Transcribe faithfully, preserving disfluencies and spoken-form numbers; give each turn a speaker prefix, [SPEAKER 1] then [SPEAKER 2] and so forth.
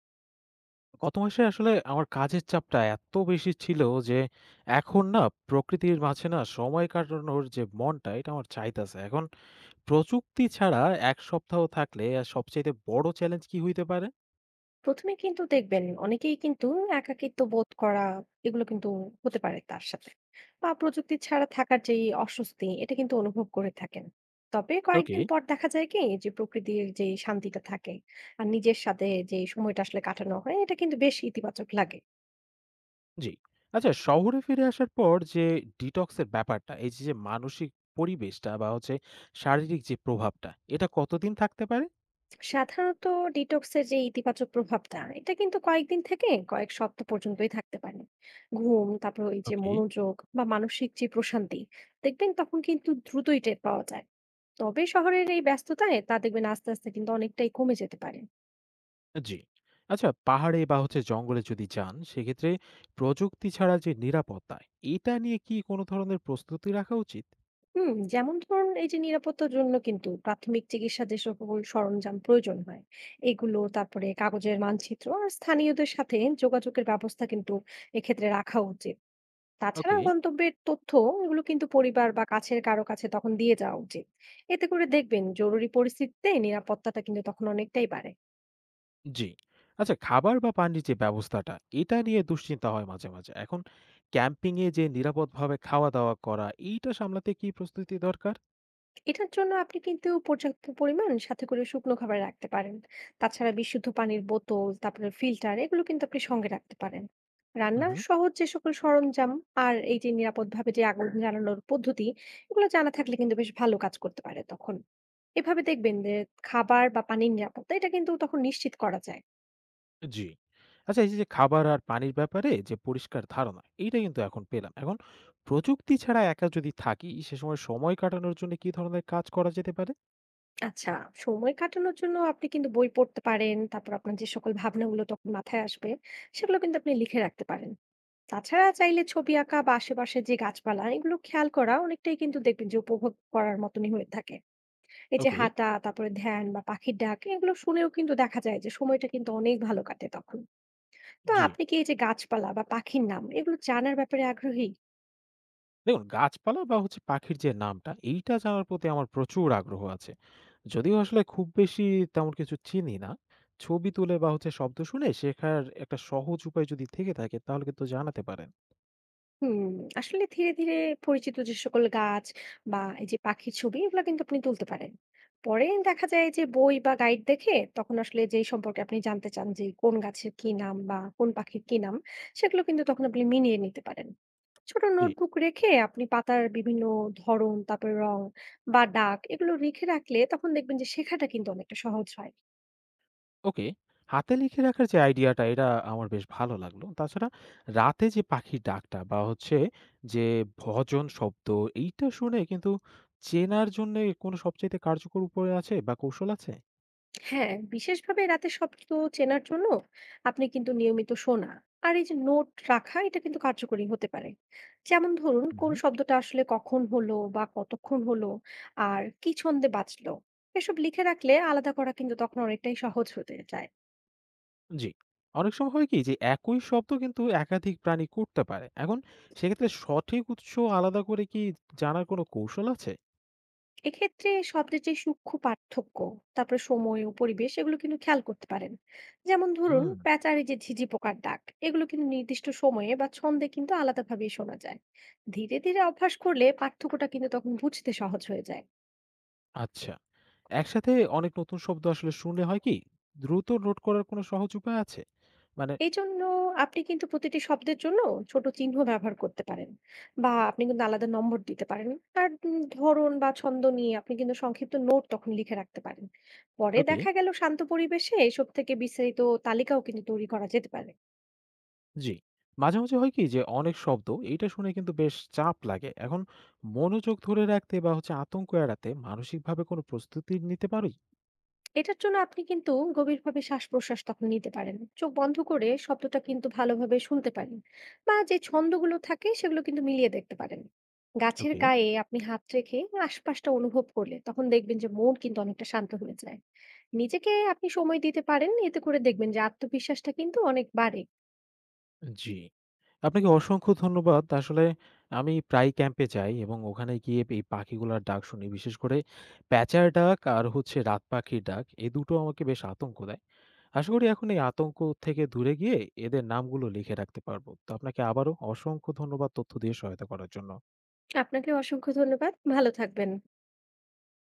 [SPEAKER 1] গত মাসে আসলে আমার কাজের চাপটা এত বেশি ছিল যে এখন না প্রকৃতির মাঝে না সময় কাটানোর যে মনটা এটা আমার চাইতেছে এখন প্রযুক্তি ছাড়া এক সপ্তাহ থাকলে আর সবচেয়ে বড় চ্যালেঞ্জ কি হইতে পারে?
[SPEAKER 2] প্রথমে কিন্তু দেখবেন অনেকেই কিন্তু একাকিত্ব বোধ করা এগুলো কিন্তু হতে পারে তার সাথে বা প্রযুক্তি ছাড়া থাকার যে অস্বস্তি এটা কিন্তু অনুভব করে থাকেন। তবে
[SPEAKER 1] ওকে।
[SPEAKER 2] কয়েকদিন পর দেখা যায় কি যে প্রকৃতির যে শান্তিটা থাকে আর নিজের সাথে যে সময়টা আসলে কাটানো হয় এটা কিন্তু বেশ ইতিবাচক লাগে।
[SPEAKER 1] জি। আচ্ছা, শহরে ফিরে আসার পর যে ডিটক্সের ব্যাপারটা, এই যে যে মানসিক পরিবেশটা বা হচ্ছে শারীরিক যে প্রভাবটা, এটা কতদিন থাকতে পারে?
[SPEAKER 2] সাধারণত ডিটক্সের যে ইতিবাচক প্রভাবটা এটা কিন্তু কয়েকদিন থেকে কয়েক সপ্তাহ পর্যন্তই থাকতে পারে। ঘুম, তারপর এই যে
[SPEAKER 1] ওকে।
[SPEAKER 2] মনোযোগ বা মানসিক যে প্রশান্তি দেখবেন তখন কিন্তু দ্রুতই টের পাওয়া যায়। তবে শহরের এই ব্যস্ততায় তা দেখবেন আস্তে আস্তে কিন্তু অনেকটাই কমে যেতে পারে।
[SPEAKER 1] জি। আচ্ছা, পাহাড়ে বা হচ্ছে জঙ্গলে যদি যান, সেক্ষেত্রে প্রযুক্তি ছাড়া যে নিরাপত্তা, এটা নিয়ে কি কোনো ধরনের প্রস্তুতি রাখা উচিত?
[SPEAKER 2] হুম, যেমন ধরুন এই যে নিরাপত্তার জন্য কিন্তু প্রাথমিক চিকিৎসা যে সকল সরঞ্জাম প্রয়োজন হয় এগুলো, তারপরে কাগজের মানচিত্র আর স্থানীয়দের সাথে যোগাযোগের ব্যবস্থা কিন্তু এক্ষেত্রে রাখা উচিত। তাছাড়া
[SPEAKER 1] ওকে,
[SPEAKER 2] গন্তব্যের তথ্য এগুলো কিন্তু পরিবার বা কাছের কারো কাছে তখন দিয়ে যাওয়া উচিত। এতে করে দেখবেন জরুরি পরিস্থিতিতে নিরাপত্তাটা কিন্তু তখন অনেকটাই বাড়ে।
[SPEAKER 1] জি। আচ্ছা, খাবার বা পানির যে ব্যবস্থাটা, এটা নিয়ে দুশ্চিন্তা হয় মাঝে মাঝে। এখন ক্যাম্পিং এ যে নিরাপদভাবে খাওয়া-দাওয়া করা, এইটা সামলাতে কি প্রস্তুতি দরকার?
[SPEAKER 2] এটার জন্য আপনি কিন্তু পর্যাপ্ত পরিমাণ সাথে করে শুকনো খাবার রাখতে পারেন। তাছাড়া বিশুদ্ধ পানির বোতল, তারপরে ফিল্টার এগুলো কিন্তু আপনি সঙ্গে রাখতে পারেন।
[SPEAKER 1] হুম,
[SPEAKER 2] রান্নার
[SPEAKER 1] হুম।
[SPEAKER 2] সহজ যে সকল সরঞ্জাম আর এই যে নিরাপদভাবে যে আগুন জ্বালানোর পদ্ধতি এগুলো জানা থাকলে কিন্তু বেশ ভালো কাজ করতে পারে তখন। এভাবে দেখবেন যে খাবার বা পানির নিরাপত্তা এটা কিন্তু তখন নিশ্চিত করা যায়।
[SPEAKER 1] জি। আচ্ছা, এই যে যে খাবার আর পানির ব্যাপারে যে পরিষ্কার ধারণা, এইটা কিন্তু এখন পেলাম। এখন প্রযুক্তি ছাড়া একা যদি থাকি, সে সময়, সময় কাটানোর জন্য কি ধরনের কাজ করা যেতে পারে?
[SPEAKER 2] আচ্ছা, সময় কাটানোর জন্য আপনি কিন্তু বই পড়তে পারেন, তারপর আপনার যে সকল ভাবনাগুলো তখন মাথায় আসবে সেগুলো কিন্তু আপনি লিখে রাখতে পারেন। তাছাড়া চাইলে ছবি আঁকা বা আশেপাশের যে গাছপালা এগুলো খেয়াল করা অনেকটাই কিন্তু দেখবেন যে উপভোগ করার মতনই হয়ে থাকে। এই যে
[SPEAKER 1] ওকে।
[SPEAKER 2] হাঁটা, তারপরে ধ্যান বা পাখির ডাক এগুলো শুনেও কিন্তু দেখা যায় যে সময়টা কিন্তু অনেক ভালো কাটে তখন। তো
[SPEAKER 1] জি।
[SPEAKER 2] আপনি কি এই যে গাছপালা বা পাখির নাম এগুলো জানার ব্যাপারে আগ্রহী?
[SPEAKER 1] দেখুন, গাছপালা বা হচ্ছে পাখির যে নামটা, এইটা জানার প্রতি আমার প্রচুর আগ্রহ আছে। যদিও আসলে খুব বেশি তেমন কিছু চিনি না। ছবি তুলে বা হচ্ছে শব্দ শুনে শেখার একটা সহজ উপায় যদি থেকে থাকে, তাহলে কিন্তু জানাতে পারেন।
[SPEAKER 2] হুম, আসলে ধীরে ধীরে পরিচিত যে সকল গাছ বা এই যে পাখির ছবি এগুলো কিন্তু আপনি তুলতে পারেন। পরে দেখা যায় যে বই বা গাইড দেখে তখন আসলে যেই সম্পর্কে আপনি জানতে চান যে কোন গাছের কি নাম বা কোন পাখির কি নাম সেগুলো কিন্তু তখন আপনি মিলিয়ে নিতে পারেন। ছোট
[SPEAKER 1] জি,
[SPEAKER 2] নোটবুক রেখে আপনি পাতার বিভিন্ন ধরন, তারপর রং বা ডাক এগুলো লিখে রাখলে তখন দেখবেন যে শেখাটা কিন্তু অনেকটা সহজ হয়।
[SPEAKER 1] ওকে। হাতে লিখে রাখার যে আইডিয়াটা, এটা আমার বেশ ভালো লাগলো। তাছাড়া রাতে যে পাখির ডাকটা বা হচ্ছে যে ভজন শব্দ, এইটা শুনে কিন্তু চেনার জন্যে কোনো সবচাইতে কার্যকর উপায় আছে বা কৌশল আছে?
[SPEAKER 2] হ্যাঁ, বিশেষভাবে রাতে শব্দ চেনার জন্য আপনি কিন্তু নিয়মিত শোনা আর এই যে নোট রাখা এটা কিন্তু কার্যকরী হতে পারে। যেমন ধরুন কোন
[SPEAKER 1] উহু।
[SPEAKER 2] শব্দটা আসলে কখন হলো বা কতক্ষণ হলো আর কি ছন্দে বাজলো এসব লিখে রাখলে আলাদা করা কিন্তু তখন অনেকটাই সহজ হতে যায়।
[SPEAKER 1] জি। অনেক সময় হয় কি যে একই শব্দ কিন্তু একাধিক প্রাণী করতে পারে। এখন সেক্ষেত্রে সঠিক উৎস আলাদা করে কি জানার কোনো কৌশল আছে?
[SPEAKER 2] এক্ষেত্রে শব্দের যে সূক্ষ্ম পার্থক্য, তারপরে সময় ও পরিবেশ এগুলো কিন্তু খেয়াল করতে পারেন। যেমন ধরুন
[SPEAKER 1] হুম।
[SPEAKER 2] প্যাঁচার এই যে ঝিঝি পোকার ডাক এগুলো কিন্তু নির্দিষ্ট সময়ে বা ছন্দে কিন্তু আলাদাভাবেই শোনা যায়। ধীরে ধীরে অভ্যাস করলে পার্থক্যটা কিন্তু তখন বুঝতে সহজ হয়ে যায়।
[SPEAKER 1] আচ্ছা। একসাথে অনেক নতুন শব্দ আসলে শুনলে হয় কি দ্রুত নোট করার কোনো সহজ উপায় আছে? মানে,
[SPEAKER 2] এইজন্য আপনি কিন্তু প্রতিটি শব্দের জন্য ছোট চিহ্ন ব্যবহার করতে পারেন বা আপনি কিন্তু আলাদা নম্বর দিতে পারেন। আর উম ধরন বা ছন্দ নিয়ে আপনি কিন্তু সংক্ষিপ্ত নোট তখন লিখে রাখতে পারেন। পরে
[SPEAKER 1] ওকে,
[SPEAKER 2] দেখা গেল শান্ত পরিবেশে এসব থেকে বিস্তারিত তালিকাও কিন্তু তৈরি করা যেতে পারে।
[SPEAKER 1] জি। মাঝে মাঝে হয় কি যে অনেক শব্দ এইটা শুনে কিন্তু বেশ চাপ লাগে। এখন মনোযোগ ধরে রাখতে বা হচ্ছে আতঙ্ক এড়াতে মানসিকভাবে কোনো প্রস্তুতি নিতে পারি?
[SPEAKER 2] এটার জন্য আপনি কিন্তু গভীরভাবে শ্বাস প্রশ্বাস তখন নিতে পারেন, চোখ বন্ধ করে শব্দটা কিন্তু ভালোভাবে শুনতে পারেন বা যে ছন্দগুলো থাকে সেগুলো কিন্তু মিলিয়ে দেখতে পারেন। গাছের
[SPEAKER 1] ওকে।
[SPEAKER 2] গায়ে আপনি হাত রেখে আশপাশটা অনুভব করলে তখন দেখবেন যে মন কিন্তু অনেকটা শান্ত হয়ে যায়। নিজেকে আপনি সময় দিতে পারেন, এতে করে দেখবেন যে আত্মবিশ্বাসটা কিন্তু অনেক বাড়ে।
[SPEAKER 1] জি। আপনাকে অসংখ্য ধন্যবাদ। আসলে আমি প্রায় ক্যাম্পে যাই এবং ওখানে গিয়ে এই পাখিগুলার ডাক শুনি। বিশেষ করে প্যাঁচার ডাক আর হচ্ছে রাত পাখির ডাক এই দুটো আমাকে বেশ আতঙ্ক দেয়। আশা করি এখন এই আতঙ্ক থেকে দূরে গিয়ে এদের নামগুলো লিখে রাখতে পারবো। তো আপনাকে আবারও অসংখ্য ধন্যবাদ তথ্য দিয়ে সহায়তা করার জন্য।
[SPEAKER 2] আপনাকে অসংখ্য ধন্যবাদ, ভালো থাকবেন।